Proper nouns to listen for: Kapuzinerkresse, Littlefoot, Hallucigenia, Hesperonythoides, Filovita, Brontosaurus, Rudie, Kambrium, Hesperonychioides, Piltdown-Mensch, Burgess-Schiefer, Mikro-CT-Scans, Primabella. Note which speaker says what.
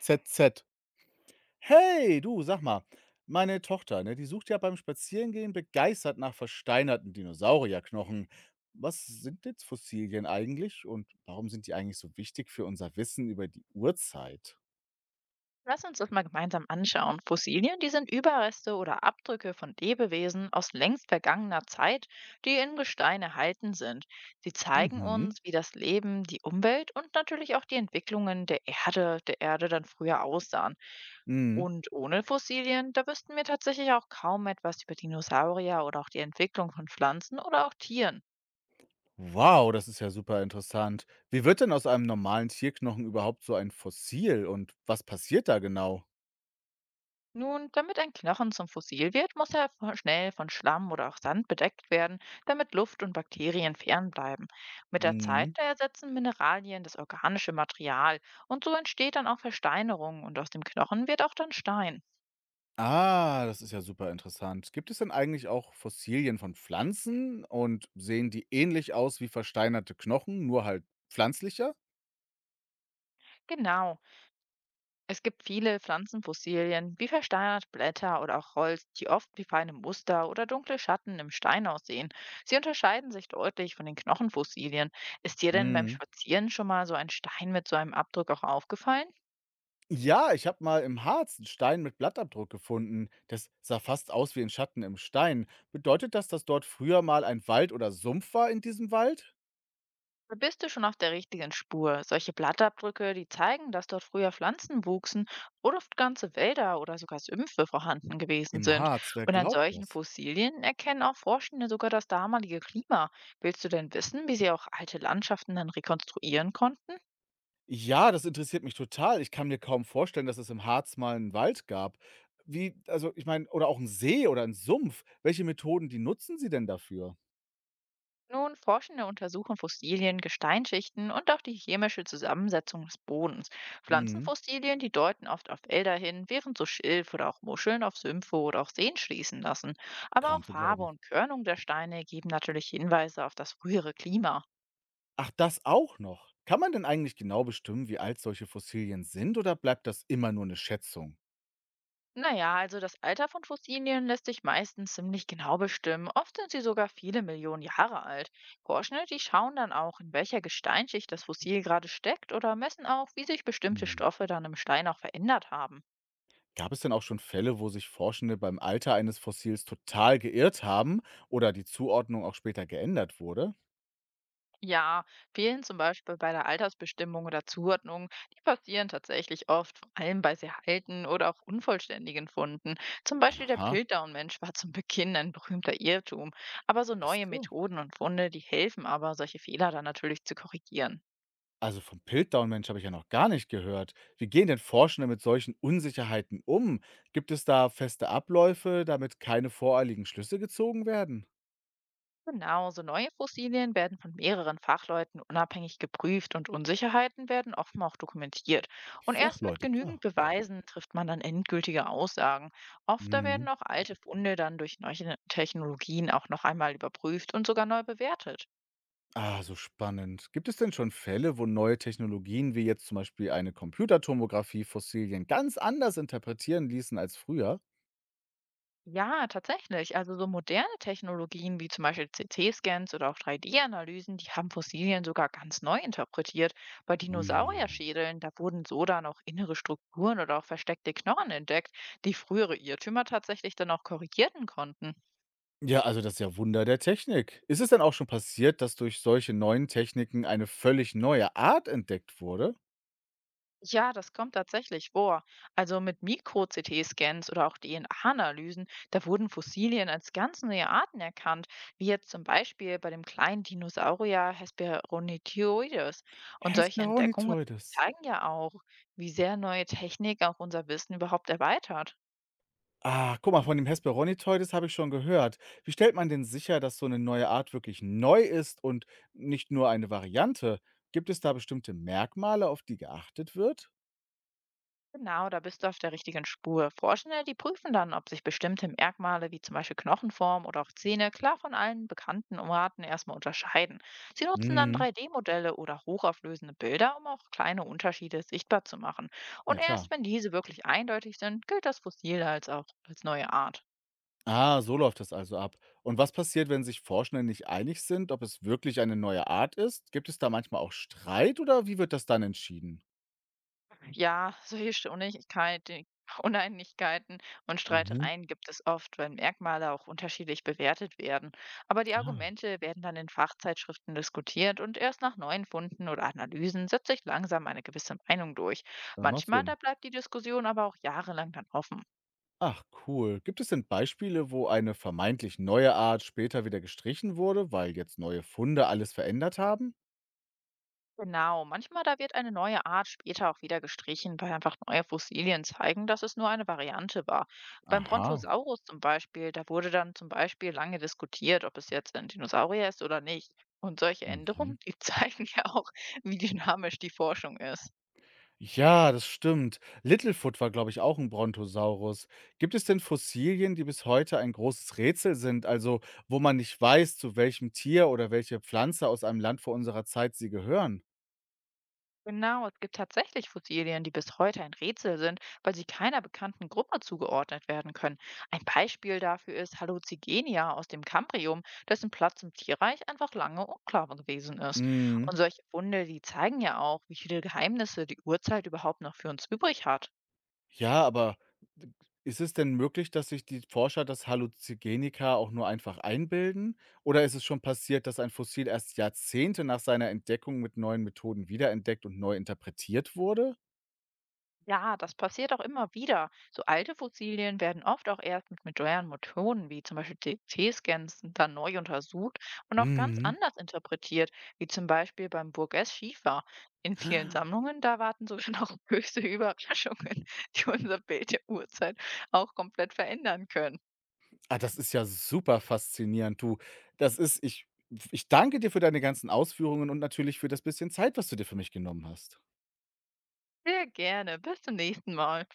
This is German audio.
Speaker 1: ZZ. Hey, du, sag mal, meine Tochter, ne, die sucht ja beim Spazierengehen begeistert nach versteinerten Dinosaurierknochen. Was sind jetzt Fossilien eigentlich und warum sind die eigentlich so wichtig für unser Wissen über die Urzeit?
Speaker 2: Lass uns das mal gemeinsam anschauen. Fossilien, die sind Überreste oder Abdrücke von Lebewesen aus längst vergangener Zeit, die in Gestein erhalten sind. Sie zeigen
Speaker 1: Mhm.
Speaker 2: uns, wie das Leben, die Umwelt und natürlich auch die Entwicklungen der Erde dann früher aussahen.
Speaker 1: Mhm.
Speaker 2: Und ohne Fossilien, da wüssten wir tatsächlich auch kaum etwas über Dinosaurier oder auch die Entwicklung von Pflanzen oder auch Tieren.
Speaker 1: Wow, das ist ja super interessant. Wie wird denn aus einem normalen Tierknochen überhaupt so ein Fossil und was passiert da genau?
Speaker 2: Nun, damit ein Knochen zum Fossil wird, muss er schnell von Schlamm oder auch Sand bedeckt werden, damit Luft und Bakterien fernbleiben. Mit der Zeit
Speaker 1: Mhm.
Speaker 2: da ersetzen Mineralien das organische Material und so entsteht dann auch Versteinerung und aus dem Knochen wird auch dann Stein.
Speaker 1: Ah, das ist ja super interessant. Gibt es denn eigentlich auch Fossilien von Pflanzen und sehen die ähnlich aus wie versteinerte Knochen, nur halt pflanzlicher?
Speaker 2: Genau, es gibt viele Pflanzenfossilien wie versteinerte Blätter oder auch Holz, die oft wie feine Muster oder dunkle Schatten im Stein aussehen. Sie unterscheiden sich deutlich von den Knochenfossilien. Ist dir denn beim
Speaker 1: Mhm.
Speaker 2: Spazieren schon mal so ein Stein mit so einem Abdruck auch aufgefallen?
Speaker 1: Ja, ich habe mal im Harz einen Stein mit Blattabdruck gefunden. Das sah fast aus wie ein Schatten im Stein. Bedeutet das, dass dort früher mal ein Wald oder Sumpf war in diesem Wald?
Speaker 2: Da bist du schon auf der richtigen Spur. Solche Blattabdrücke, die zeigen, dass dort früher Pflanzen wuchsen oder oft ganze Wälder oder sogar Sümpfe vorhanden gewesen
Speaker 1: Im
Speaker 2: sind.
Speaker 1: Harz, wer
Speaker 2: Und an
Speaker 1: glaubt
Speaker 2: solchen
Speaker 1: das?
Speaker 2: Fossilien erkennen auch Forschende sogar das damalige Klima. Willst du denn wissen, wie sie auch alte Landschaften dann rekonstruieren konnten?
Speaker 1: Ja, das interessiert mich total. Ich kann mir kaum vorstellen, dass es im Harz mal 'n Wald gab. Wie also, ich meine oder auch 'n See oder 'n Sumpf. Welche Methoden, die nutzen sie denn dafür?
Speaker 2: Nun, Forschende untersuchen Fossilien, Gesteinsschichten und auch die chemische Zusammensetzung des Bodens.
Speaker 1: Mhm,
Speaker 2: Pflanzenfossilien, die deuten oft auf Wälder hin, während so Schilf oder auch Muscheln auf Sümpfe oder auch Seen schließen lassen. Aber
Speaker 1: kaum
Speaker 2: auch
Speaker 1: zu
Speaker 2: Farbe
Speaker 1: glauben.
Speaker 2: und Körnung der Steine geben natürlich Hinweise auf das frühere Klima.
Speaker 1: Ach, das auch noch. Kann man denn eigentlich genau bestimmen, wie alt solche Fossilien sind oder bleibt das immer nur 'ne Schätzung?
Speaker 2: Naja, also das Alter von Fossilien lässt sich meistens ziemlich genau bestimmen. Oft sind sie sogar viele Millionen Jahre alt. Forscher, die schauen dann auch, in welcher Gesteinsschicht das Fossil gerade steckt oder messen auch, wie sich bestimmte
Speaker 1: Mhm.
Speaker 2: Stoffe dann im Stein auch verändert haben.
Speaker 1: Gab es denn auch schon Fälle, wo sich Forschende beim Alter eines Fossils total geirrt haben oder die Zuordnung auch später geändert wurde?
Speaker 2: Ja, Fehlen zum Beispiel bei der Altersbestimmung oder Zuordnung, die passieren tatsächlich oft, vor allem bei sehr alten oder auch unvollständigen Funden. Zum Beispiel der
Speaker 1: Aha,
Speaker 2: Piltdown-Mensch war zum Beginn ein berühmter Irrtum. Aber so
Speaker 1: ach
Speaker 2: neue
Speaker 1: so.
Speaker 2: Methoden und Funde, die helfen aber, solche Fehler dann natürlich zu korrigieren.
Speaker 1: Also vom Piltdown-Mensch habe ich ja noch gar nicht gehört. Wie gehen denn Forschende mit solchen Unsicherheiten um? Gibt es da feste Abläufe, damit keine voreiligen Schlüsse gezogen werden?
Speaker 2: Genau, so neue Fossilien werden von mehreren Fachleuten unabhängig geprüft und Unsicherheiten werden offen auch dokumentiert. Und erst mit
Speaker 1: Fachleute,
Speaker 2: genügend
Speaker 1: klar.
Speaker 2: Beweisen trifft man dann endgültige Aussagen. Oft da
Speaker 1: Mhm.
Speaker 2: werden auch alte Funde dann durch neue Technologien auch noch einmal überprüft und sogar neu bewertet.
Speaker 1: Ah, so spannend. Gibt es denn schon Fälle, wo neue Technologien wie jetzt zum Beispiel eine Computertomographie Fossilien ganz anders interpretieren ließen als früher?
Speaker 2: Ja, tatsächlich. Also so moderne Technologien wie zum Beispiel CT-Scans oder auch 3D-Analysen, die haben Fossilien sogar ganz neu interpretiert. Bei
Speaker 1: Ui.
Speaker 2: Dinosaurierschädeln, da wurden so dann auch innere Strukturen oder auch versteckte Knochen entdeckt, die frühere Irrtümer tatsächlich dann auch korrigieren konnten.
Speaker 1: Ja, also das ist ja Wunder der Technik. Ist es denn auch schon passiert, dass durch solche neuen Techniken eine völlig neue Art entdeckt wurde?
Speaker 2: Ja, das kommt tatsächlich vor. Also mit Mikro-CT-Scans oder auch DNA-Analysen, da wurden Fossilien als ganz neue Arten erkannt, wie jetzt zum Beispiel bei dem kleinen Dinosaurier Hesperonychioides. Und solche Entdeckungen
Speaker 1: Hesperonythoides.
Speaker 2: zeigen ja auch, wie sehr neue Technik auch unser Wissen überhaupt erweitert.
Speaker 1: Ah, guck mal, von dem Hesperonythoides habe ich schon gehört. Wie stellt man denn sicher, dass so eine neue Art wirklich neu ist und nicht nur eine Variante? Gibt es da bestimmte Merkmale, auf die geachtet wird?
Speaker 2: Genau, da bist du auf der richtigen Spur. Forschende, die prüfen dann, ob sich bestimmte Merkmale wie zum Beispiel Knochenform oder auch Zähne klar von allen bekannten Arten erstmal unterscheiden. Sie nutzen dann
Speaker 1: Mhm,
Speaker 2: 3D-Modelle oder hochauflösende Bilder, um auch kleine Unterschiede sichtbar zu machen. Und
Speaker 1: na klar.
Speaker 2: erst wenn diese wirklich eindeutig sind, gilt das Fossil als auch als neue Art.
Speaker 1: Ah, so läuft das also ab. Und was passiert, wenn sich Forschende nicht einig sind, ob es wirklich eine neue Art ist? Gibt es da manchmal auch Streit oder wie wird das dann entschieden?
Speaker 2: Ja, solche Uneinigkeiten und
Speaker 1: Mhm.
Speaker 2: Streitereien gibt es oft, wenn Merkmale auch unterschiedlich bewertet werden. Aber die
Speaker 1: Ah,
Speaker 2: Argumente werden dann in Fachzeitschriften diskutiert und erst nach neuen Funden oder Analysen setzt sich langsam eine gewisse Meinung durch.
Speaker 1: das macht
Speaker 2: Manchmal,
Speaker 1: Sinn.
Speaker 2: da bleibt die Diskussion aber auch jahrelang dann offen.
Speaker 1: Ach cool. Gibt es denn Beispiele, wo eine vermeintlich neue Art später wieder gestrichen wurde, weil jetzt neue Funde alles verändert haben?
Speaker 2: Genau, manchmal da wird eine neue Art später auch wieder gestrichen, weil einfach neue Fossilien zeigen, dass es nur eine Variante war. Beim
Speaker 1: Aha.
Speaker 2: Brontosaurus zum Beispiel, da wurde dann zum Beispiel lange diskutiert, ob es jetzt ein Dinosaurier ist oder nicht. Und solche
Speaker 1: Mhm.
Speaker 2: Änderungen, die zeigen ja auch, wie dynamisch die Forschung ist.
Speaker 1: Ja, das stimmt. Littlefoot war, glaube ich, auch ein Brontosaurus. Gibt es denn Fossilien, die bis heute ein großes Rätsel sind, also wo man nicht weiß, zu welchem Tier oder welche Pflanze aus einem Land vor unserer Zeit sie gehören?
Speaker 2: Genau, es gibt tatsächlich Fossilien, die bis heute ein Rätsel sind, weil sie keiner bekannten Gruppe zugeordnet werden können. Ein Beispiel dafür ist Hallucigenia aus dem Kambrium, dessen Platz im Tierreich einfach lange unklar gewesen ist.
Speaker 1: Hm,
Speaker 2: Und solche Funde, die zeigen ja auch, wie viele Geheimnisse die Urzeit überhaupt noch für uns übrig hat.
Speaker 1: ja, aber d ist es denn möglich, dass sich die Forscher das Halluzigenika auch nur einfach einbilden? Oder ist es schon passiert, dass ein Fossil erst Jahrzehnte nach seiner Entdeckung mit neuen Methoden wiederentdeckt und neu interpretiert wurde?
Speaker 2: Ja, das passiert auch immer wieder. So alte Fossilien werden oft auch erst mit modernen Methoden wie zum Beispiel CT-Scans dann neu untersucht und auch ganz
Speaker 1: Mhm.
Speaker 2: anders interpretiert, wie zum Beispiel beim Burgess-Schiefer. In vielen Sammlungen, da warten sogar noch höchste Überraschungen, die unser Bild der Urzeit auch komplett verändern können.
Speaker 1: Ah, das ist ja super faszinierend, du. Das ist ich ich danke dir für deine ganzen Ausführungen und natürlich für das bisschen Zeit, was du dir für mich genommen hast.
Speaker 2: Sehr gerne. Bis zum nächsten Mal.